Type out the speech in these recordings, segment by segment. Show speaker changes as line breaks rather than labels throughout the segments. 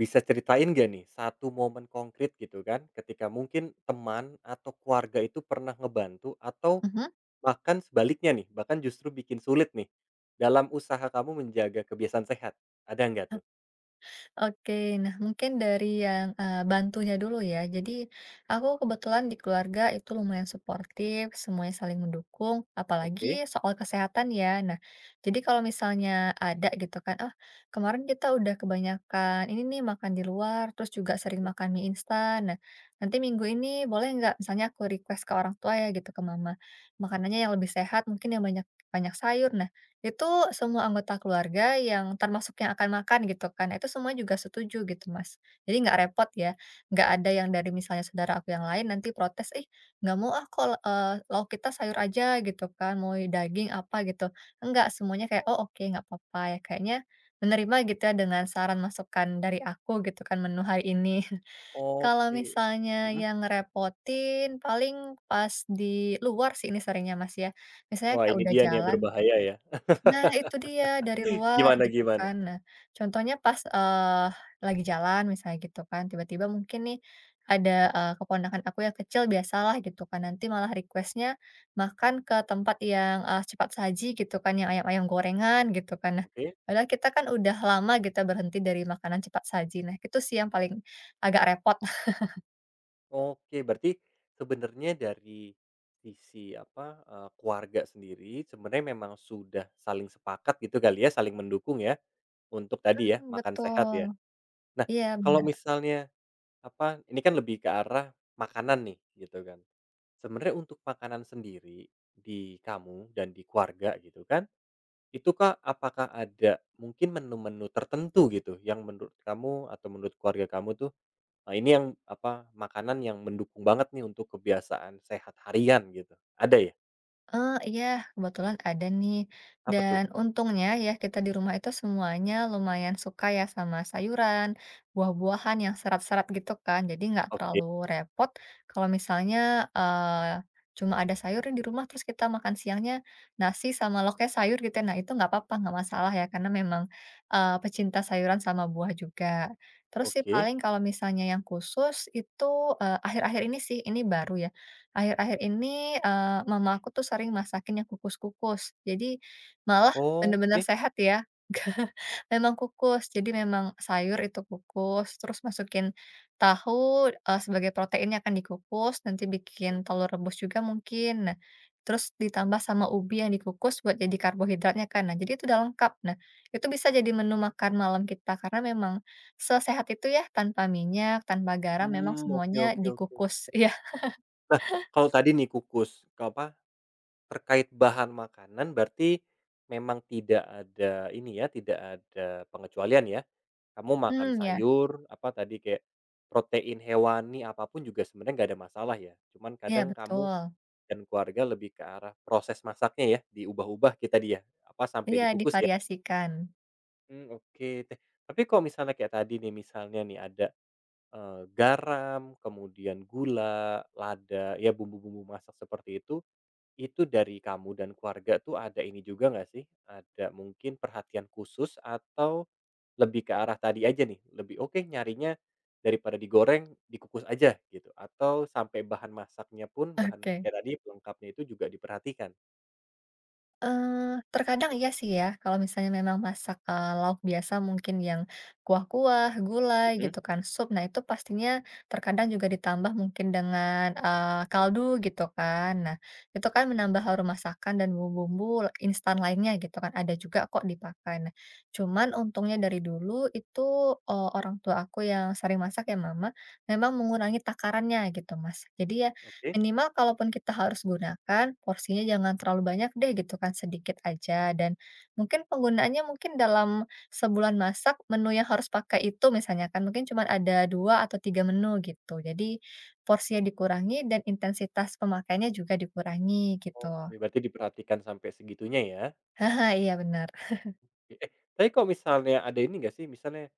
Bisa ceritain gak nih, satu momen konkret gitu kan, ketika mungkin teman atau keluarga itu pernah ngebantu atau
Mhm,
bahkan sebaliknya nih, bahkan justru bikin sulit nih, dalam usaha kamu menjaga kebiasaan sehat, ada nggak tuh?
oke. Nah, mungkin dari yang, bantunya dulu ya. Jadi, aku kebetulan di keluarga itu lumayan suportif, semuanya saling mendukung,
Oke.
apalagi soal kesehatan ya. Nah, jadi kalau misalnya ada gitu kan, "Ah, kemarin kita udah kebanyakan ini nih makan di luar, terus juga sering makan mie instan. Nah, nanti minggu ini boleh nggak?" Misalnya aku request ke orang tua ya gitu, ke mama, "Makanannya yang lebih sehat, mungkin yang banyak banyak sayur." Itu semua anggota keluarga yang termasuk yang akan makan gitu kan, itu semua juga setuju gitu, Mas. Jadi nggak repot ya, nggak ada yang dari misalnya saudara aku yang lain nanti protes, "Ih, nggak mau ah kok, lauk kita sayur aja," gitu kan, "mau daging apa," gitu. Enggak, semuanya kayak, "Oh oke, nggak apa-apa," ya kayaknya menerima gitu ya dengan saran masukan dari aku gitu kan menu hari ini. Kalau
Oke.
misalnya
Mhm.
yang ngerepotin paling pas di luar sih ini seringnya, Mas, ya. Misalnya
Wah
kayak
ini
udah
dia nih yang
jalan.
berbahaya ya.
Nah, itu dia dari luar
Gimana
gitu
gimana?
kan. Nah, contohnya pas, lagi jalan misalnya gitu kan, tiba-tiba mungkin nih ada, keponakan aku yang kecil biasalah gitu kan, nanti malah requestnya makan ke tempat yang, cepat saji gitu kan, yang ayam-ayam gorengan gitu kan. Nah,
Oke
padahal kita kan udah lama kita berhenti dari makanan cepat saji. Nah, itu sih yang paling agak repot.
oke, berarti sebenarnya dari sisi apa, keluarga sendiri sebenarnya memang sudah saling sepakat gitu kali ya, saling mendukung ya? Untuk tadi ya, makan sehat
betul.
ya. Nah,
Iya,
kalau
benar.
misalnya, apa, ini kan lebih ke arah makanan nih, gitu kan. Sebenarnya untuk makanan sendiri, di kamu dan di keluarga gitu kan, itu Kak, apakah ada mungkin menu-menu tertentu gitu, yang menurut kamu atau menurut keluarga kamu tuh, ini yang, apa, makanan yang mendukung banget nih untuk kebiasaan sehat harian gitu, ada ya?
Heeh, iya, kebetulan ada nih.
Apa tuh?
Dan untungnya ya kita di rumah itu semuanya lumayan suka ya sama sayuran, buah-buahan yang serat-serat gitu kan. Jadi nggak
Oke
terlalu repot kalau misalnya, eee, cuma ada sayur di rumah terus kita makan siangnya nasi sama loknya sayur gitu ya. Nah itu nggak apa-apa, nggak masalah ya karena memang, pecinta sayuran sama buah juga. Terus sih
oke.
paling kalau misalnya yang khusus itu, akhir-akhir ini sih, ini baru ya. Akhir-akhir ini, mama aku tuh sering masakin yang kukus-kukus. Jadi malah bener-bener
Oke.
sehat ya, nggak memang kukus. Jadi memang sayur itu kukus, terus masukin tahu, sebagai proteinnya akan dikukus, nanti bikin telur rebus juga mungkin. Nah, terus ditambah sama ubi yang dikukus buat jadi karbohidratnya kan. Nah, jadi itu udah lengkap. Nah, itu bisa jadi menu makan malam kita karena memang sesehat itu ya, tanpa minyak, tanpa garam, memang
Mmm, oke
semuanya
oke oke.
dikukus. ya.
Nah, kalau tadi nih kukus, ke apa. Terkait bahan makanan berarti memang tidak ada ini ya, tidak ada pengecualian ya? Kamu makan
Hmm, ya.
sayur, apa tadi, kayak protein hewani, apapun juga sebenarnya nggak ada masalah ya? Cuman
Iya
kadang kamu
betul.
dan keluarga lebih ke arah proses masaknya ya, diubah-ubah kita dia apa, sampai
Iya
dikukus ya?
divariasikan.
Mmm, oke deh. Tapi kalau misalnya kayak tadi nih, misalnya nih ada, garam, kemudian gula, lada, ya bumbu-bumbu masak seperti itu dari kamu dan keluarga tuh ada ini juga nggak sih, ada mungkin perhatian khusus atau lebih ke arah tadi aja nih, lebih, "Oke, nyarinya daripada digoreng, dikukus aja," gitu? Atau sampai bahan masaknya pun, bahan
Oke.
kayak tadi pelengkapnya itu juga diperhatikan?
Eee, terkadang iya sih ya kalau misalnya memang masak, lauk biasa mungkin yang kuah-kuah, gulai
Mhm.
gitu kan, sup. Nah itu pastinya terkadang juga ditambah mungkin dengan, kaldu gitu kan. Nah itu kan menambah harum masakan dan bumbu-bumbu instan lainnya gitu kan, ada juga kok dipakai. Nah cuman untungnya dari dulu itu, orang tua aku yang sering masak ya mama, memang mengurangi takarannya gitu Mas. Jadi ya
Oke.
minimal kalaupun kita harus gunakan, porsinya jangan terlalu banyak deh gitu kan, sedikit aja. Dan mungkin penggunaannya mungkin dalam sebulan masak, menu yang harus pakai itu misalnya kan, mungkin cuma ada 2 atau 3 menu gitu. Jadi porsinya dikurangi dan intensitas pemakaiannya juga dikurangi gitu.
Oke, berarti diperhatikan sampai segitunya ya.
Haha, iya bener.
Eh, tapi kalau misalnya ada ini nggak sih, misalnya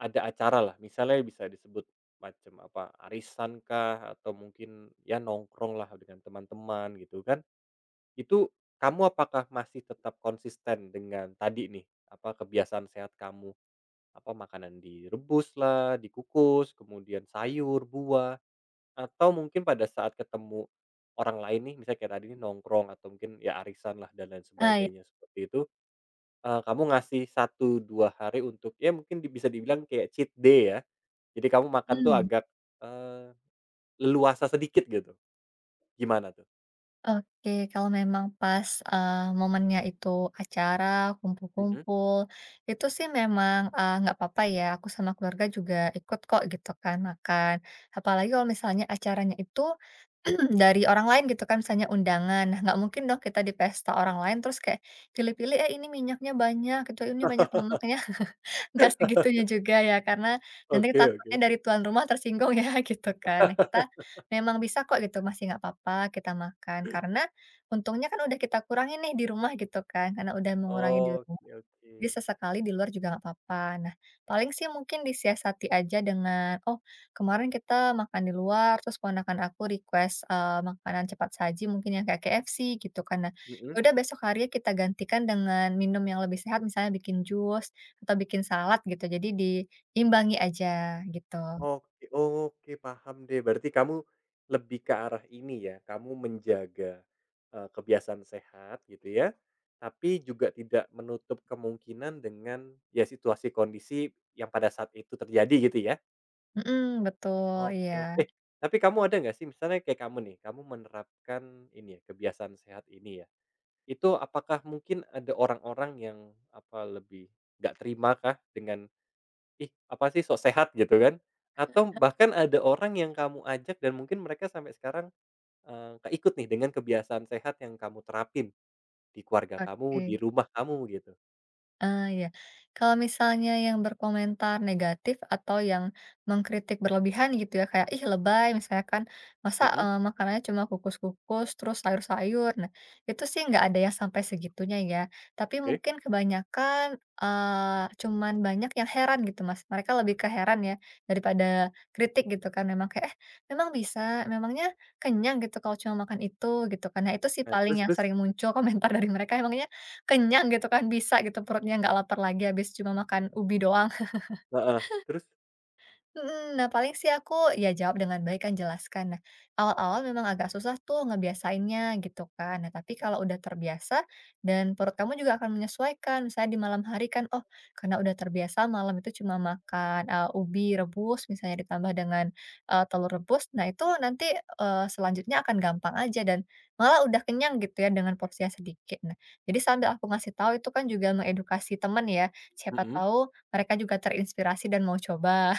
ada acara lah, misalnya bisa disebut macam apa, arisan kah atau mungkin ya nongkrong lah dengan teman-teman gitu kan. Itu kamu apakah masih tetap konsisten dengan tadi nih, apa, kebiasaan sehat kamu? Apa makanan direbus lah dikukus, kemudian sayur, buah, atau mungkin pada saat ketemu orang lain nih, misalnya kayak tadi nih nongkrong atau mungkin ya arisan lah dan lain
Ah, iya.
sebagainya seperti itu, kamu ngasih satu 2 hari untuk ya mungkin di bisa dibilang kayak cheat day ya. Jadi kamu makan tuh
Mmm.
agak, eee, leluasa sedikit gitu. Gimana tuh?
Oke, kalau memang pas, momennya itu acara,
Mhm.
kumpul-kumpul, itu sih memang, nggak apa-apa ya, aku sama keluarga juga ikut kok gitu kan makan. Apalagi kalau misalnya acaranya itu dari orang lain gitu kan, misalnya undangan. Nah, nggak mungkin dong kita di pesta orang lain terus kayak pilih-pilih, "Eh, ini minyaknya banyak," gitu, "ini banyak lemaknya." Nggak segitunya juga ya, karena nanti
Oke
takutnya
oke.
dari tuan rumah tersinggung ya, gitu kan. Nah, kita memang bisa kok gitu, masih nggak apa-apa kita makan, karena untungnya kan udah kita kurangin nih di rumah gitu kan, karena udah mengurangi di
Oke oke.
jadi sesekali di luar juga nggak apa-apa. Nah, paling sih mungkin disiasati aja dengan, "Oh, kemarin kita makan di luar, terus ponakan aku request, makanan cepat saji mungkin yang kayak KFC," gitu kan. Nah, ya
Mhm.
udah besok hari kita gantikan dengan minum yang lebih sehat, misalnya bikin jus atau bikin salad gitu. Jadi diimbangi aja gitu.
Oke oke, paham deh. Berarti kamu lebih ke arah ini ya, kamu menjaga, kebiasaan sehat gitu ya, tapi juga tidak menutup kemungkinan dengan ya situasi kondisi yang pada saat itu terjadi gitu ya?
Mhm, betul,
Oke
iya.
oke. Eh, tapi kamu ada nggak sih misalnya kayak kamu nih, kamu menerapkan ini ya, kebiasaan sehat ini ya, itu apakah mungkin ada orang-orang yang apa, lebih nggak terima kah dengan, "Ih, apa sih sok sehat," gitu kan, atau bahkan ada orang yang kamu ajak dan mungkin mereka sampai sekarang, keikut nih dengan kebiasaan sehat yang kamu terapin di keluarga
Oke.
kamu, di rumah kamu gitu.
Ah, ya, kalau misalnya yang berkomentar negatif atau yang mengkritik berlebihan gitu ya, kayak, "Ih, lebay," misalnya kan, "Masa,
Mhm,
makanannya cuma kukus-kukus, terus sayur-sayur?" Nah, itu sih nggak ada yang sampai segitunya ya, tapi
oke.
mungkin kebanyakan, cuman banyak yang heran gitu, Mas. Mereka lebih ke heran ya, daripada kritik gitu kan, memang kayak, "Eh, memang bisa? Memangnya kenyang gitu kalau cuma makan itu?" Gitu kan. Nah, itu sih
Nah terus
paling yang
terus?
sering muncul komentar dari mereka, "Emangnya kenyang gitu kan, bisa gitu perutnya nggak lapar lagi habis cuma makan ubi doang.
Heeh, terus?
Mhm, nah paling sih aku ya jawab dengan baik kan jelaskan. Nah, awal-awal memang agak susah tuh ngebiasainnya gitu kan. Nah, tapi kalau udah terbiasa dan perut kamu juga akan menyesuaikan. Misalnya di malam hari kan, oh karena udah terbiasa malam itu cuma makan ubi rebus misalnya ditambah dengan telur rebus. Nah, itu nanti selanjutnya akan gampang aja dan malah udah kenyang gitu ya dengan porsi yang sedikit. Nah, jadi sambil aku ngasih tahu itu kan juga mengedukasi temen ya. Siapa
Mhm.
tahu mereka juga terinspirasi dan mau coba.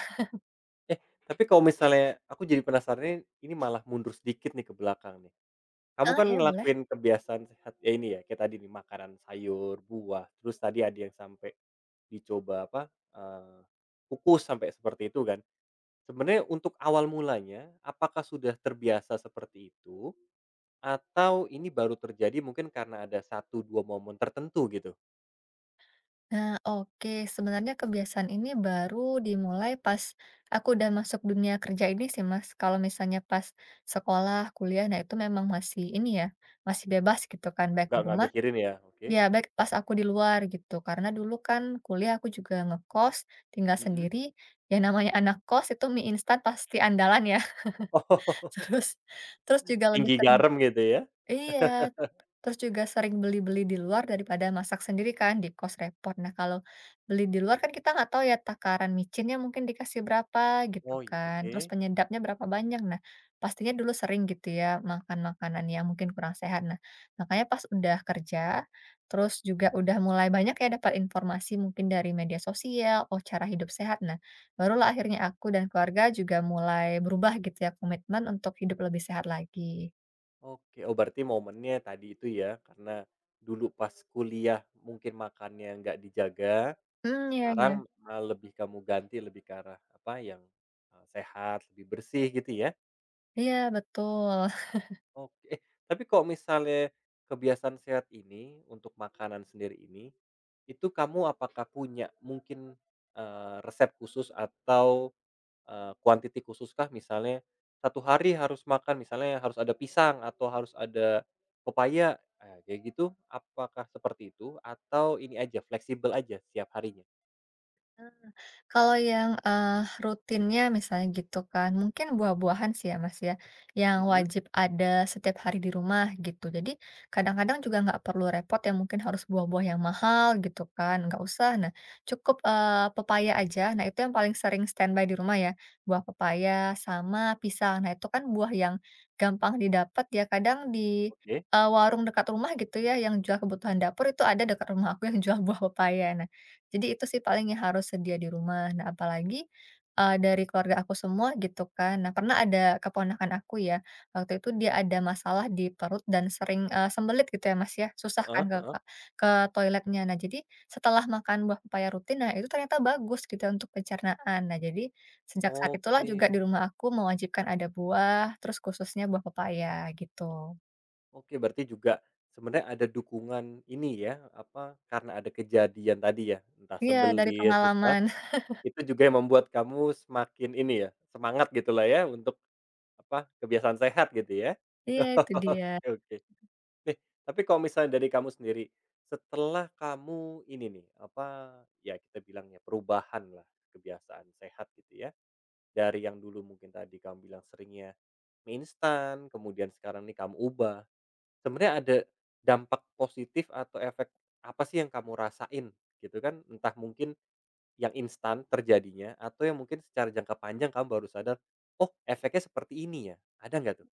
Eh, tapi kalau misalnya aku jadi penasarannya ini malah mundur sedikit nih ke belakang nih. Kamu
Boleh
kan
ya, boleh.
ngelakuin kebiasaan sehat ya ini ya, kayak tadi nih makanan sayur, buah, terus tadi ada yang sampai dicoba apa, eee, kukus sampai seperti itu kan. Sebenarnya untuk awal mulanya, apakah sudah terbiasa seperti itu atau ini baru terjadi mungkin karena ada satu 2 momen tertentu gitu?
Nah, oke. Sebenarnya kebiasaan ini baru dimulai pas aku udah masuk dunia kerja ini sih, Mas. Kalau misalnya pas sekolah, kuliah, nah itu memang masih ini ya, masih bebas gitu kan, baik di
Nggak
rumah,
mikirin ya? Oke.
ya baik pas aku di luar gitu. Karena dulu kan kuliah aku juga ngekos, tinggal
Mhm.
sendiri. Ya namanya anak kos itu mie instan pasti andalan ya.
Oh,
Terus terus juga lebih
tinggi
sering.
garam gitu ya?
Iya, terus juga sering beli-beli di luar daripada masak sendiri kan di kos repot. Nah, kalau beli di luar kan kita nggak tahu ya takaran micinnya mungkin dikasih berapa gitu
Oh i
kan.
oke.
Terus penyedapnya berapa banyak. Nah, pastinya dulu sering gitu ya makan makanan yang mungkin kurang sehat. Nah, makanya pas udah kerja, terus juga udah mulai banyak ya dapat informasi mungkin dari media sosial, oh cara hidup sehat. Nah, barulah akhirnya aku dan keluarga juga mulai berubah gitu ya komitmen untuk hidup lebih sehat lagi.
Oke, oh berarti momennya tadi itu ya, karena dulu pas kuliah mungkin makannya nggak dijaga,
Hmm, iya, iya.
sekarang, malah lebih kamu ganti lebih ke arah apa yang, sehat, lebih bersih gitu ya?
Iya, betul.
Oke, eh, tapi kok misalnya kebiasaan sehat ini untuk makanan sendiri ini, itu kamu apakah punya mungkin, resep khusus atau, eh, kuantiti quantity khususkah? Misalnya satu hari harus makan misalnya harus ada pisang atau harus ada pepaya, kayak gitu, apakah seperti itu? Atau ini aja, fleksibel aja setiap harinya?
Eee, kalau yang, rutinnya misalnya gitu kan, mungkin buah-buahan sih ya, Mas, ya, yang
Mhm,
wajib ada setiap hari di rumah gitu. Jadi kadang-kadang juga nggak perlu repot yang mungkin harus buah-buah yang mahal gitu kan, nggak usah. Nah cukup, pepaya aja, nah itu yang paling sering standby di rumah ya, buah pepaya sama pisang. Nah itu kan buah yang gampang didapat ya, kadang di,
oke,
warung dekat rumah gitu ya yang jual kebutuhan dapur itu ada dekat rumah aku yang jual buah pepaya. Nah jadi itu sih paling yang harus sedia di rumah. Nah apalagi, dari keluarga aku semua gitu kan. Nah pernah ada keponakan aku ya, waktu itu dia ada masalah di perut dan sering, sembelit gitu ya Mas ya, susah kan
heeh heeh,
ke toiletnya. Nah jadi setelah makan buah pepaya rutin, nah itu ternyata bagus gitu ya untuk pencernaan. Nah jadi sejak saat itulah
oke.
juga di rumah aku mewajibkan ada buah, terus khususnya buah pepaya gitu.
Oke, berarti juga sebenarnya ada dukungan ini ya, apa, karena ada kejadian tadi ya, entah
Iya dari
sembelit, susah,
pengalaman.
itu juga yang membuat kamu semakin ini ya, semangat gitulah ya untuk, apa, kebiasaan sehat gitu ya?
Iya itu dia.
Oke oke. Nih, tapi kalau misalnya dari kamu sendiri, setelah kamu ini nih, apa, ya kita bilangnya perubahan lah kebiasaan sehat gitu ya, dari yang dulu mungkin tadi kamu bilang seringnya mie instan, kemudian sekarang nih kamu ubah. Sebenarnya ada dampak positif atau efek apa sih yang kamu rasain gitu kan? Entah mungkin yang instan terjadinya atau yang mungkin secara jangka panjang kamu baru sadar, "Oh efeknya seperti ini ya?" Ada nggak tuh?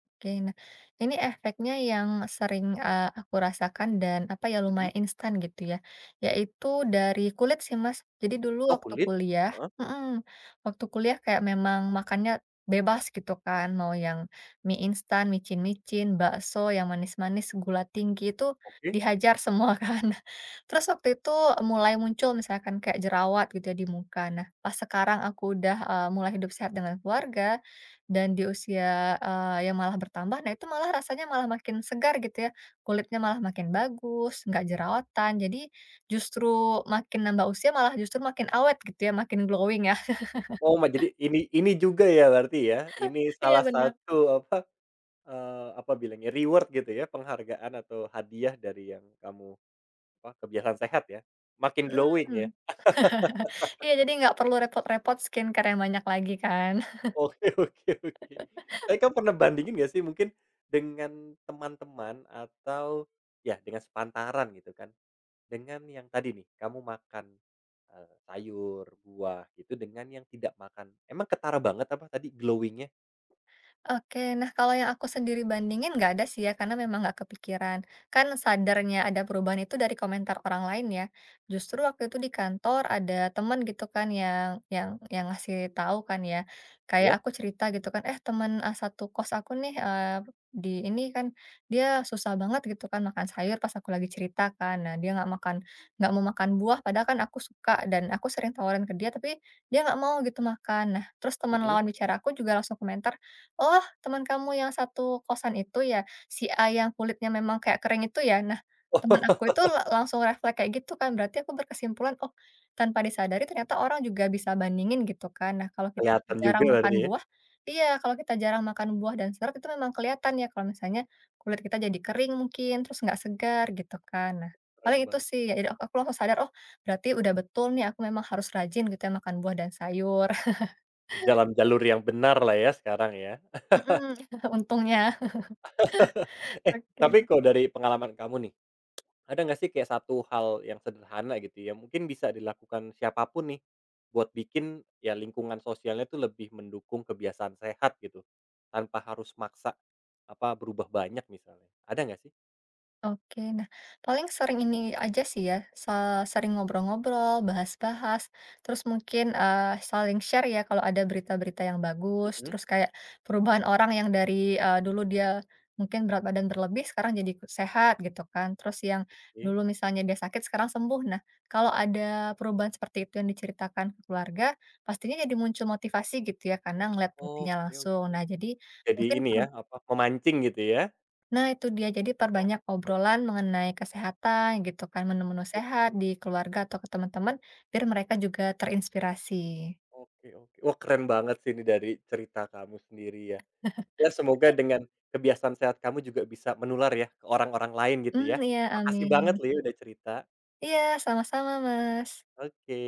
Oke, nah ini efeknya yang sering, aku rasakan dan apa ya,
Mhm.
lumayan instan gitu ya, yaitu dari kulit sih Mas. Jadi dulu
Oh kulit? Heeh,
waktu kuliah kayak memang makannya bebas gitu kan, mau yang mie instan, micin-micin, bakso yang manis-manis, gula tinggi itu
oke.
dihajar semua kan. Terus waktu itu mulai muncul misalkan kayak jerawat gitu ya di muka. Nah pas sekarang aku udah, mulai hidup sehat dengan keluarga, dan di usia, yang malah bertambah, nah itu malah rasanya malah makin segar gitu ya, kulitnya malah makin bagus, nggak jerawatan, jadi justru makin nambah usia malah justru makin awet gitu ya, makin glowing ya.
Oh ma jadi ini juga ya berarti ya? Ini
Iya
salah
benar.
satu apa, apa bilangnya, reward gitu ya? Penghargaan atau hadiah dari yang kamu apa, kebiasaan sehat ya? Makin glowing ya?
Mhm, iya jadi nggak perlu repot-repot skincare yang banyak lagi kan.
Oke oke oke. Tapi kamu pernah bandingin gak sih mungkin dengan teman-teman atau ya dengan sepantaran gitu kan, dengan yang tadi nih kamu makan, sayur, buah gitu dengan yang tidak makan. Emang ketara banget apa tadi glowingnya
Oke, nah kalau yang aku sendiri bandingin nggak ada sih ya, karena memang nggak kepikiran. Kan sadarnya ada perubahan itu dari komentar orang lain ya. Justru waktu itu di kantor ada teman gitu kan yang ngasih tahu kan ya.
nya ya?
Kayak aku cerita gitu kan, teman satu kos aku nih di ini kan dia susah banget gitu kan makan sayur pas aku lagi cerita kan. Nah, dia nggak makan nggak mau makan buah padahal kan aku suka dan aku sering tawarin ke dia tapi dia nggak mau gitu makan. Nah, terus teman
Mhm.
lawan bicara aku juga langsung komentar. Oh, teman kamu yang satu kosan itu ya, si A yang kulitnya memang kayak kering itu ya? Nah, teman aku itu langsung refleks kayak gitu kan, berarti aku berkesimpulan, oh, tanpa disadari ternyata orang juga bisa bandingin gitu kan. Nah,
Oh
kalau kita
kelihatan juga
jarang makan
berarti ya,
buah iya, kalau kita jarang makan buah dan serat itu memang kelihatan ya kalau misalnya kulit kita jadi kering mungkin, terus nggak segar gitu kan. Nah,
keren
paling itu
banget.
sih, ya jadi aku langsung sadar, oh, berarti udah betul nih aku memang harus rajin gitu ya makan buah dan sayur.
Dalam jalur yang benar lah ya sekarang ya.
Mhm, untungnya.
Eh, tapi
Oke.
kalau dari pengalaman kamu nih, ada nggak sih kayak satu hal yang sederhana gitu ya, mungkin bisa dilakukan siapapun nih, buat bikin ya lingkungan sosialnya tuh lebih mendukung kebiasaan sehat gitu, tanpa harus maksa, apa, berubah banyak misalnya, ada nggak sih?
Oke, nah paling sering ini aja sih ya, sering ngobrol-ngobrol, bahas-bahas, terus mungkin saling share ya kalau ada berita-berita yang bagus,
Mhm.
terus kayak perubahan orang yang dari dulu dia mungkin berat badan berlebih sekarang jadi sehat gitu kan, terus yang dulu misalnya dia sakit sekarang sembuh. Nah, kalau ada perubahan seperti itu yang diceritakan ke keluarga, pastinya jadi muncul motivasi gitu ya karena ngeliat buktinya
Oke, oke
langsung. Nah,
oke.
jadi
Jadi
mungkin.
ini ya, apa, memancing gitu ya?
Nah itu dia, jadi perbanyak obrolan mengenai kesehatan gitu kan, menu-menu sehat di keluarga atau ke teman-teman, biar mereka juga terinspirasi.
Oke oke oke. Wah keren banget sih ini dari cerita kamu sendiri ya. Ya semoga dengan kebiasaan sehat kamu juga bisa menular ya, ke orang-orang lain gitu
Hmm
ya.
iya
Makasih
amin.
banget loh ya udah cerita.
Iya, sama-sama Mas.
Oke.